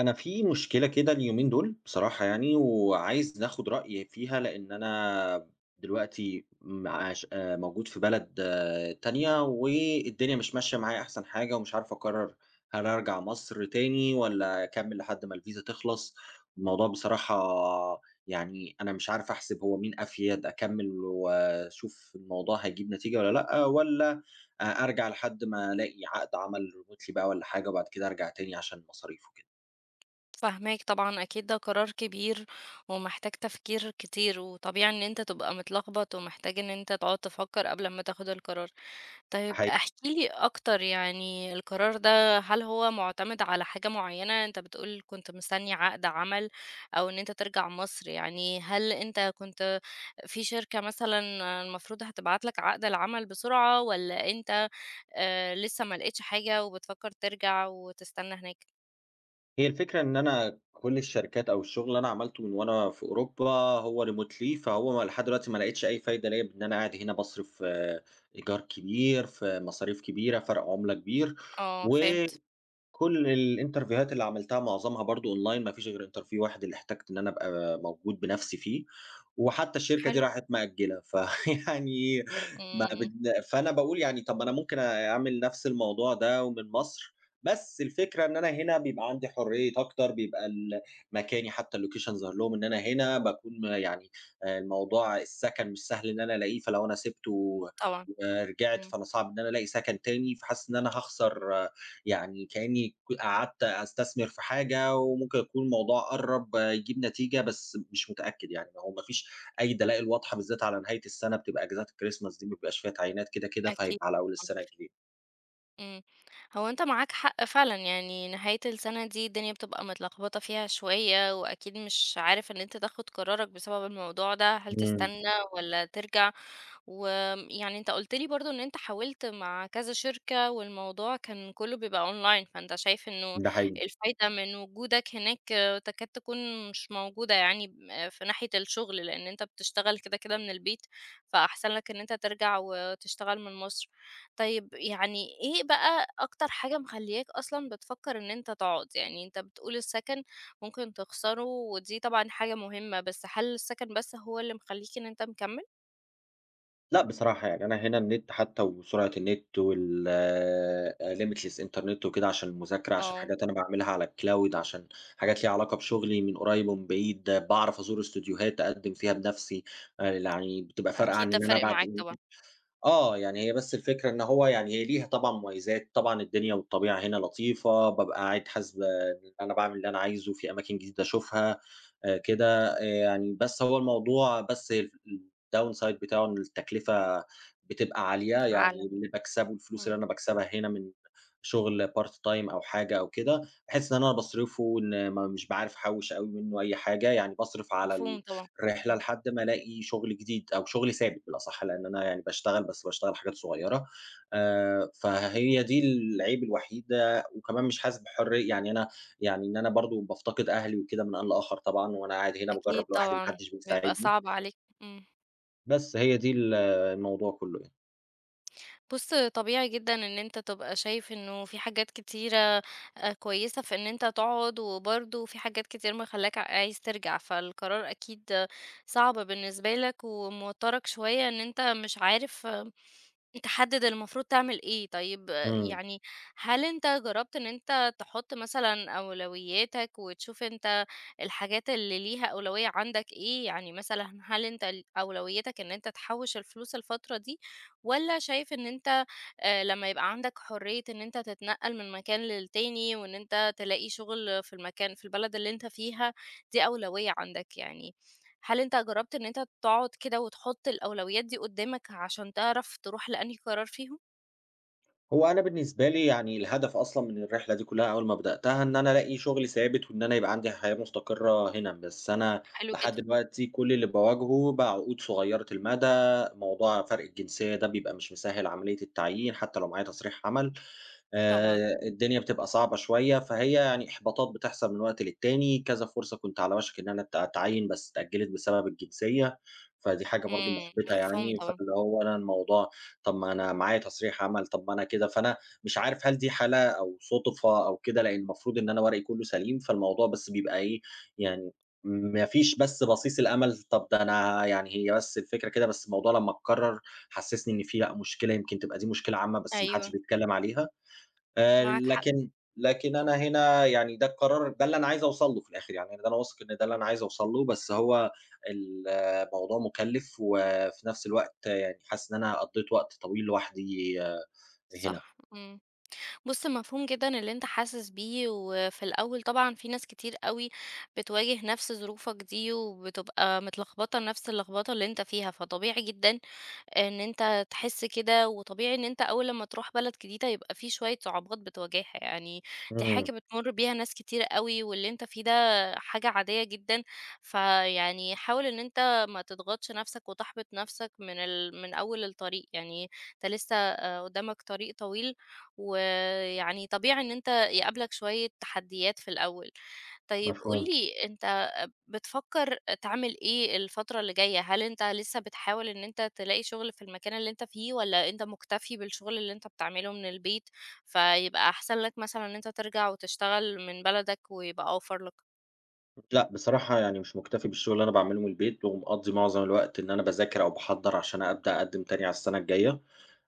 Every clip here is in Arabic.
أنا في مشكلة كده اليومين دول بصراحة وعايز ناخد رأي فيها، لإن أنا دلوقتي م عاش موجود في بلد آه، تانية، والدنيا مش ماشية معايا أحسن حاجة، ومش عارف أقرر هل أرجع مصر تاني والّا أكمل لحد ما الفيزا تخلص. الموضوع بصراحة أنا مش عارف أحسب هو مين أفيد، أكمل وأشوف الموضوع هيجيب نتيجة والّا لأ، والّا أرجع لحد ما ألاقي عقد عمل remotely بقى والّا حاجة، وبعد كده أرجع تاني عشان المصاريف وكده. فاهماك طبعًا، أكيد ده قرار كبير ومحتاج تفكير كتير، وطبيعي إن أنت تبقى متلخبط ومحتاج إن أنت تقعد تفكر قبل ما تاخد القرار. طيب حقيقي. احكِ لي أكتر يعني القرار ده هل هو معتمد على حاجة معينة؟ أنت بتقول كنت مستني عقد عمل أو إن أنت ترجع مصر، يعني هل أنت كنت في شركة مثلًا المفروض هتبعت لك عقد العمل بسرعة، والّا أنت لسه ما لقيتش حاجة وبتفكر ترجع وتستنى هناك؟ هي الفكرة إن أنا كل الشركات أو الشغل اللي أنا عملته من وأنا في أوروبا هو remotely فهو لحد دلوقتي ما لقيتش أي فايدة ليا بإن أنا قاعد هنا باصرف إيجار كبير، في مصاريف كبيرة، فرق عملة كبير، آه، و فهمت. كل الإنترفيوهات اللي عملتها معظمها برضه أونلاين، ما فيش غير interview واحد اللي احتجت إن أنا أبقى موجود بنفسي فيه، وحتى الشركة دي حلو. راحت مأجّلة، فيعني ما إمم. بن فأنا باقول يعني طَب ما أنا ممكن أعمل نفس الموضوع ده ومن مصر، بس الفكرة إن أنا هنا بيبقى عندي حرية أكتر، بيبقى مكاني حتى الlocation ظاهر لهم إن أنا هنا، باكون الموضوع السَكَن مش سهل إن أنا ألاقيه، فلو أنا سِبته طبعًا. ورجعت إمم. فأنا صعب إن أنا ألاقي سَكَن تاني، فحاسس إن أنا هاخسر، يعني كأني قعدت أستثمر في حاجة وممكن يكون الموضوع قرّب يجيب نتيجة، بس مش متأكد يعني، ما هو ما فيش أي دلائل واضحة بالذات على نهاية السَنة بتبقى أجازات الChristmas دي ما بيبقاش فيها تعيينات كده، كده، أكيد فهيبقى على أول طبعًا. السَنة الجديدة. إمم. هو أنت معاك حق فعلًا، يعني نهاية السنة دي الدنيا بتبقى متلخبطة فيها شوية، وأكيد مش عارف إن أنت تاخد قرارك بسبب الموضوع ده، هل إمم، تستنى والّا ترجع؟ ويعني أنت قُلت لي برضه إن أنت حاولت مع كذا شركة والموضوع كان كُلّه بيبقى online، فأنت شايف إنه ده حقيقي. الفايدة من وجودك هناك تكاد تكون مش موجودة يعني في ناحية الشغل، لإن أنت بتشتغل كده، كده من البيت، فأحسن لك إن أنت ترجع وتشتغل من مصر. طيب يعني إيه بقى أكتر حاجة مخلّياك أصلًا بتفكّر إن أنت تقعد؟ يعني أنت بتقول السَكَن ممكن تخسره ودي طبعًا حاجة مهمة، بس هل السَكَن بس هو اللي مخلّيك إن أنت مكمّل؟ لأ، بصراحة يعني أنا هنا النت حتى وسرعة النت limitless إنترنت وكده عشان المذاكرة، عشان آه. حاجات أنا باعملها على الcloud، عشان حاجات ليها علاقة بشغلي من قريب ومن بعيد، باعرف أزور استوديوهات أقدّم فيها بنَفْسي، يعني بتبقى فارقة أكيد عن ده إن أنا فارق أبعت. معاك طبعًا آه، يعني هي بس الفكرة إن هو يعني هي ليها طبعًا مميزات، طبعًا الدنيا والطبيعة هنا لطيفة، بابقى قاعد حاسس بإن أنا باعمل اللي أنا عايزه، في أماكن جديدة أشوفها كده، يعني بس هو الموضوع بس ال الdownside بتاعه إن التكلفة بتبقى عالية، يعني كعقلة. اللي باكسبه الفلوس اللي إمم، أنا باكسبها هنا من شغل part time أو حاجة أو كده، باحس إن أنا باصرفه إن ما مش باعرف أحوّش أوي منه أي حاجة، يعني باصرف على مفهوم طبعًا. رحلة إمم. لحد ما ألاقي شغل جديد أو شغل ثابت بالأصح، لإن أنا يعني باشتغل حاجات صغيرة. فهي دي العيب الوحيد، آه، وكمان مش حاسس بحرية يعني أنا، يعني إن أنا برضه بافتقد أهلي وكده من آن لآخر طبعًا، وأنا قاعد هنا أكيد باجرّب لوحدي ما طبعًا، حدش بيبقى بيساعدني، صعب عليك. إمم. بس هي دي الموضوع كلّه يعني. بُص، طبيعي جدًا إن أنت تبقى شايف إنه في حاجات كتيرة كويسة في إن أنت تقعد، وبرضه في حاجات كتير مخلّاك عايز ترجع، فالقرار أكيد صعب بالنسبة لك وموتّرك شوية إن أنت مش عارف تحدد المفروض تعمل إيه. طيب إمم. يعني هل أنت جرّبت إن أنت تحط مثلًا أولوياتك، وتشوف أنت الحاجات اللي ليها أولوية عندك إيه؟ يعني مثلًا هل أنت أولويتك إن أنت تحوّش الفلوس الفترة دي، والّا شايف إن أنت لمّا يبقى عندك حرية إن أنت تتنقّل من مكان للتاني، وإن أنت تلاقي شغل في البلد اللي أنت فيها، دي أولوية عندك يعني. هل أنت جرّبت إن أنت تقعد كده وتحط الأولويات دي قدّامك عشان تعرف تروح لأنهي قرار فيهم؟ هو أنا بالنسبة لي يعني الهدف أصلًا من الرحلة دي كلّها أول ما بدأتها إن أنا ألاقي شغل ثابت، وإن أنا يبقى عندي حياة مستقرة هنا، بس أنا حلو لحد جدًا. دلوقتي كل اللي باواجهه بقى عقود صغيرة المدى، موضوع فرق الجنسية ده بيبقى مش مسهّل عملية التعيين حتى لو معايا تصريح عمل. طبعًا. الدنيا بتبقى صعبة شوية، فهي يعني إحباطات بتحصل من وقت للتاني، كذا فرصة كنت على وشك إن أنا أتعيّن بس اتأجّلت بسبب الجنسية، فدي حاجة برضه إمم. مُحبِطة مفهوم يعني، طبعًا. فاللي هو أنا الموضوع، طَب ما أنا معايا تصريح عمل، طَب ما أنا كده، فأنا مش عارف هل دي حالة أو صُدفة أو كده، لإن المفروض إن أنا ورقي كُلّه سليم، فالموضوع بس بيبقى إيه، يعني ما فيش بس بصيص الأمل، طَب ده أنا يعني هي بس الفكرة كده، بس الموضوع لمّا اتكرر حسّسني إن في لأ مشكلة، يمكن تبقى دي مشكلة عامة بس ما حدش أيوه. بيتكلّم عليها. معاك حق. لكن، لكن أنا هنا يعني ده القرار ده اللي أنا عايز أوصل له في الآخر، يعني أنا ده أنا واثق إن ده اللي أنا عايز أوصل له، بس هو الموضوع مُكلِّف وفي نفس الوقت يعني حاسس إن أنا قضّيت وقت طويل لوحدي آه، هنا. صح. إمم. بُص، مفهوم جدًا اللي أنت حاسس بيه، وفي الأول طبعًا في ناس كتير أوي بتواجه نفس ظروفك دي، وبتبقى متلخبطة نفس اللخبطة اللي أنت فيها، فطبيعي جدًا إن أنت تحس كده، وطبيعي إن أنت أول لمّا تروح بلد جديدة يبقى في شوية صعوبات بتواجهها، يعني دي إمم، حاجة بتمُر بيها ناس كتير أوي، واللي أنت فيه ده حاجة عادية جدًا، فيعني حاول إن أنت ما تضغطش نَفْسك وتحبط نَفْسك من من أول الطريق، يعني أنت لسه قدّامك طريق طويل، ويعني طبيعي إن أنت يقابلك شوية تحديات في الأول. طيب قُل مفهوم. لي أنت بتفكر تعمل إيه الفترة اللي جاية؟ هل أنت لسه بتحاول إن أنت تلاقي شغل في المكان اللي أنت فيه والّا أنت مكتفي بالشغل اللي أنت بتعمله من البيت، فيبقى أحسن لك مثلًا إن أنت ترجع وتشتغل من بلدك ويبقى أوفر لك؟ لأ، بصراحة يعني مش مُكتفي بالشغل اللي أنا باعمله من البيت، ومقضّي معظم الوقت إن أنا باذاكر أو باحضّر عشان أبدأ أقدّم تاني على السنة الجاية.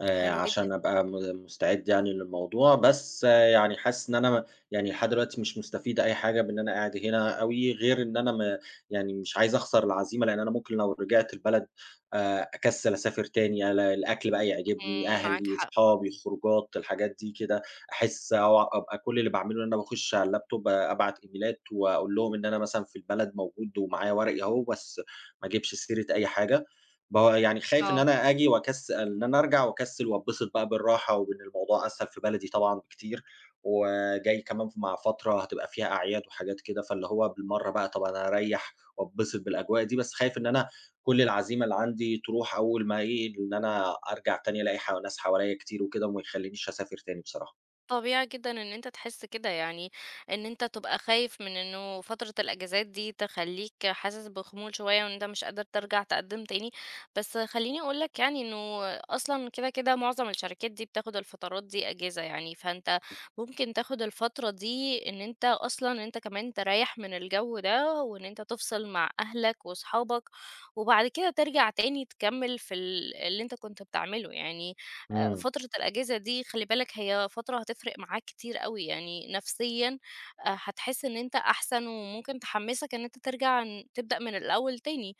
حلو جدًا. عشان أبقى مستعد يعني للموضوع، بس آه، يعني حاسس إن أنا يعني لحد دلوقتي مش مستفيد أي حاجة بإن أنا قاعد هنا أوي، غير إن أنا يعني مش عايز أخسر العزيمة، لإن أنا ممكن لو رجعت البلد أكسّل أسافر تاني، الأكل بقى يعجبني، إمم، معاك أهلي، حق. أصحابي، خروجات، الحاجات دي كده، أحس أو أبقى كل اللي باعمله إن أنا باخش على اللابتوب آه، أبعت إيميلات وأقول لهم إن أنا مثلًا في البلد موجود ومعايا ورقي أهو، بس ما أجيبش سيرة أي حاجة. ما هو يعني خايف إن آه. أنا آجي واكس إن أنا أرجع واكسل واتبسط بقى بالراحة، وإن الموضوع أسهل في بلدي طبعًا بكتير، وجاي كمان مع فترة هتبقى فيها أعياد وحاجات كده، فاللي هو بالمرّة بقى طب أنا أريّح واتبسط بالأجواء دي، بس خايف إن أنا كل العزيمة اللي عندي تروح أول ما إيه، إن أنا أرجع تاني ألاقي ناس حواليّا كتير وكده، وما يخلينيش أسافر تاني بصراحة. طبيعي جدًا إن أنت تحس كده، يعني إن أنت تبقى خايف من إنه فترة الأجازات دي تخلّيك حاسس بخمول شوية وإن أنت مش قادر ترجع تقدّم تاني، بس خلّيني أقول لك يعني إنه أصلًا كده، كده معظم الشركات دي بتاخد الفترات دي أجازة يعني، فأنت ممكن تاخد الفترة دي إن أنت أصلًا أنت كمان تريّح من الجو ده وإن أنت تفصل مع أهلك وصحابك، وبعد كده ترجع تاني تكمّل في اللي أنت كنت بتعمله يعني. إمم، فترة الأجازة دي خلّي بالك هي فترة هتفرق معاك كتير أوي، يعني نفسيًا هتحس إن أنت أحسن وممكن تحمّسك إن أنت ترجع تبدأ من الأول تاني،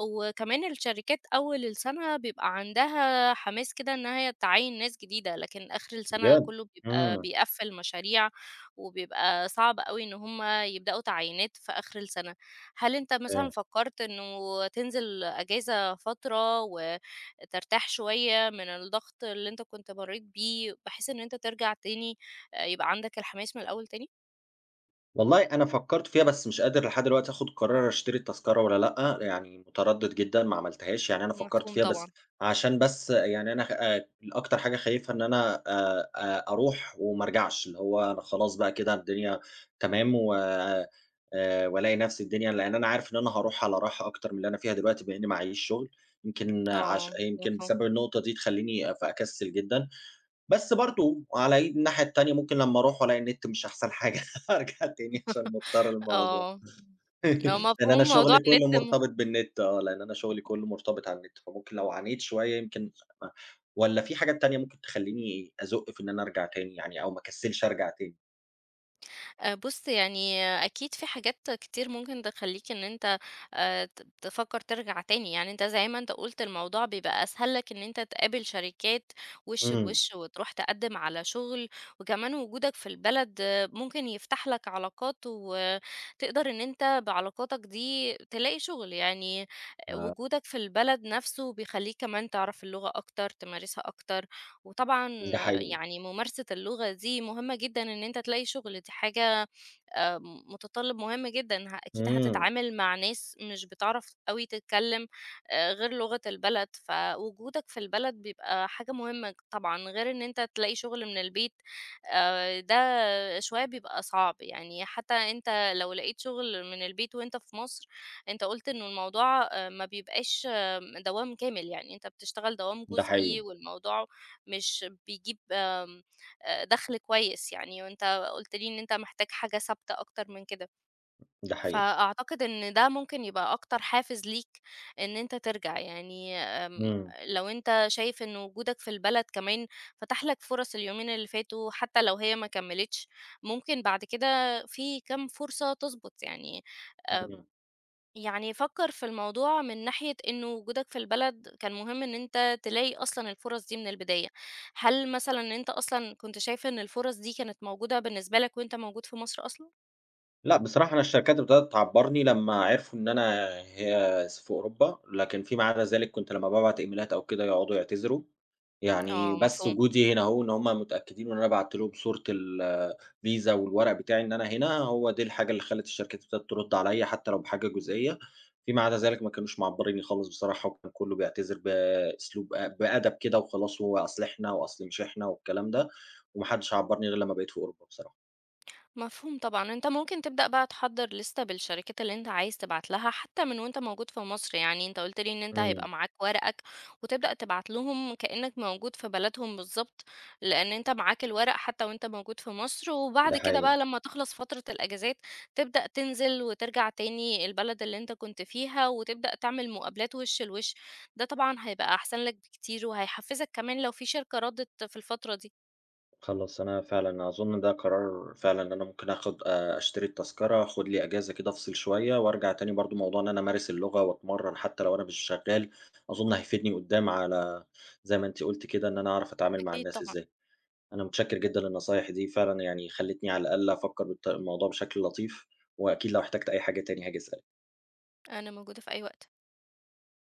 وكمان الشركات أول السنة بيبقى عندها حماس كده إن هي تعيّن ناس جديدة، لكن آخر السنة بجد! كلّه بيبقى إمم، بيقفّل مشاريع، وبيبقى صعب أوي إن هُم يبدأوا تعيينات في آخر السنة. هل أنت فا مثلًا فكّرت إنه تنزل أجازة فترة و ترتاح شوية من الضغط اللي أنت كنت مرّيت بيه، بحيث إن أنت ترجع تاني يبقى عندك الحماس من الأول تاني؟ والله أنا فكّرت فيها بس مش قادر لحد دلوقتي آخُد قرار أشتري التذكرة والّا لأ، يعني متردّد جدًا ما عملتهاش، يعني أنا فكّرت مفهوم فيها طبعًا. بس عشان بس يعني أنا خ أكتر حاجة خايفها إن أنا أروح وما أرجعش، اللي هو أنا خلاص بقى كده الدنيا تمام و وألاقي نَفْسي الدنيا لإن أنا عارف إن أنا هاروح على راحة أكتر من اللي أنا فيها دلوقتي بما إنّي ما عنديش شُغل، آه، يمكن مفهوم. بسبب النقطة دي تخلّيني فأكسِّل جدًا. بس برضه على الناحية التانية ممكن لمّا أروح وألاقي النت مش أحسن حاجة أرجع تاني عشان مضطر للموضوع آه. آه، لأن أنا مفهوم موضوع شغلي كُلّه النت. مرتبط بالنت آه، لأن أنا شغلي كُلّه مرتبط على النت، فممكن لو عانيت شوية يمكن، والّا في حاجات تانية ممكن تخلّيني أزُق في إن أنا أرجع تاني يعني أو ما أكسّلش أرجع تاني؟ بُص، يعني أكيد في حاجات كتير ممكن تخلّيك إن أنت ت تفكّر ترجع تاني، يعني أنت زي ما أنت قُلت الموضوع بيبقى أسهل لك إن أنت تقابل شركات وِش إمم، لوِش وتروح تقدّم على شُغل، وكمان وجودك في البلد ممكن يفتح لك علاقات وتقدر إن أنت بعلاقاتك دي تلاقي شُغل، يعني وجودك في البلد نَفْسه بيخلّيك كمان تعرف اللغة أكتر، تمارسها أكتر، وطبعًا ده حقيقي، يعني ممارسة اللغة دي مهمة جدًا إن أنت تلاقي شغل، دي حاجة آآ متطلب مهم جدًا، أكيد إمم، هتتعامل مع ناس مش بتعرف أوي تتكلم غير لغة البلد، فوجودك في البلد بيبقى حاجة مهمة طبعًا، غير إن أنت تلاقي شغل من البيت ده شوية بيبقى صعب، يعني حتى أنت لو لقيت شغل من البيت وأنت في مصر، أنت قُلت إنه الموضوع ما بيبقاش دوام كامل، يعني أنت بتشتغل دوام ده جزئي حقيقي، والموضوع مش بيجيب آمم، دخل كويس يعني، وأنت قُلت لي إن أنت محتاج حاجة ثابتة أكتر من كده، ده حقيقي، فأعتقد إن ده ممكن يبقى أكتر حافز ليك إن أنت ترجع، يعني. إمم، لو أنت شايف إن وجودك في البلد كمان فتح لك فرص اليومين اللي فاتوا حتى لو هي ما كمّلتش، ممكن بعد كده في كام فرصة تضبط يعني آآ إمم. يعني فكر في الموضوع من ناحية إنه وجودك في البلد كان مهم إن أنت تلاقي أصلا الفرص دي من البداية، هل مثلا أنت أصلا كنت شايف إن الفرص دي كانت موجودة بالنسبة لك وأنت موجود في مصر أصلا؟ لأ، بصراحة أنا الشركات ابتدت تعبّرني لمّا عرفوا إن أنا هي س في أوروبا، لكن فيما عدا ذلك كنت لمّا بابعت إيميلات أو كده يقعدوا يعتذروا، يعني آه، بس مفهوم. وجودي هنا أهو إن هم متأكدين وإن أنا بعت لهم صورة الفيزا والورق بتاعي إن أنا هنا، هو دي الحاجة اللي خلّت الشركات ابتدت ترُد عليَّ حتى لو بحاجة جزئية، فيما عدا ذلك ما كانوش معبّرينّي خالص بصراحة، وكان كلّه بيعتذر بأسلوب بأدب كده وخلاص، وهو أصل إحنا وأصل مش إحنا والكلام ده، وما حدش عبّرني غير لمّا بقيت في أوروبا بصراحة. مفهوم طبعًا. أنت ممكن تبدأ بقى تحضّر لِستة بالشركات اللي أنت عايز تبعت لها حتى من وأنت موجود في مصر، يعني أنت قُلت لي إن أنت هيبقى إمم، معاك ورقك وتبدأ تبعت لهم كإنّك موجود في بلدهم بالضبط، لإن أنت معاك الورق حتى وأنت موجود في مصر، وبعد ده كده حقيقي. بقى لمّا تخلص فترة الأجازات تبدأ تنزل وترجع تاني البلد اللي أنت كنت فيها وتبدأ تعمل مقابلات وِش لوِش، ده طبعًا هيبقى أحسن لك بكتير وهيحفّزك كمان لو في شركة ردِّت في الفترة دي. خلاص أنا فعلًا أظن ده قرار فعلًا ان أنا ممكن آخد أشتري التذكرة، آخد لي إجازة كده أفصل شوية وأرجع تاني برضه موضوع إن أنا أمارس اللغة وأتمرّن حتى لو أنا مش شغّال، أظن هيفيدني قُدّام على زي ما أنتِ قُلتِ كده إن أنا أعرف أتعامل مع أكيد الناس طبعًا. إزاي. أنا متشكّر جدًا للنصايح دي، فعلًا يعني خلّتني على الأقل أفكّر الموضوع بشكل لطيف، وأكيد لو احتجت أي حاجة تاني هاجي أسألِك. أنا موجودة في أي وقت.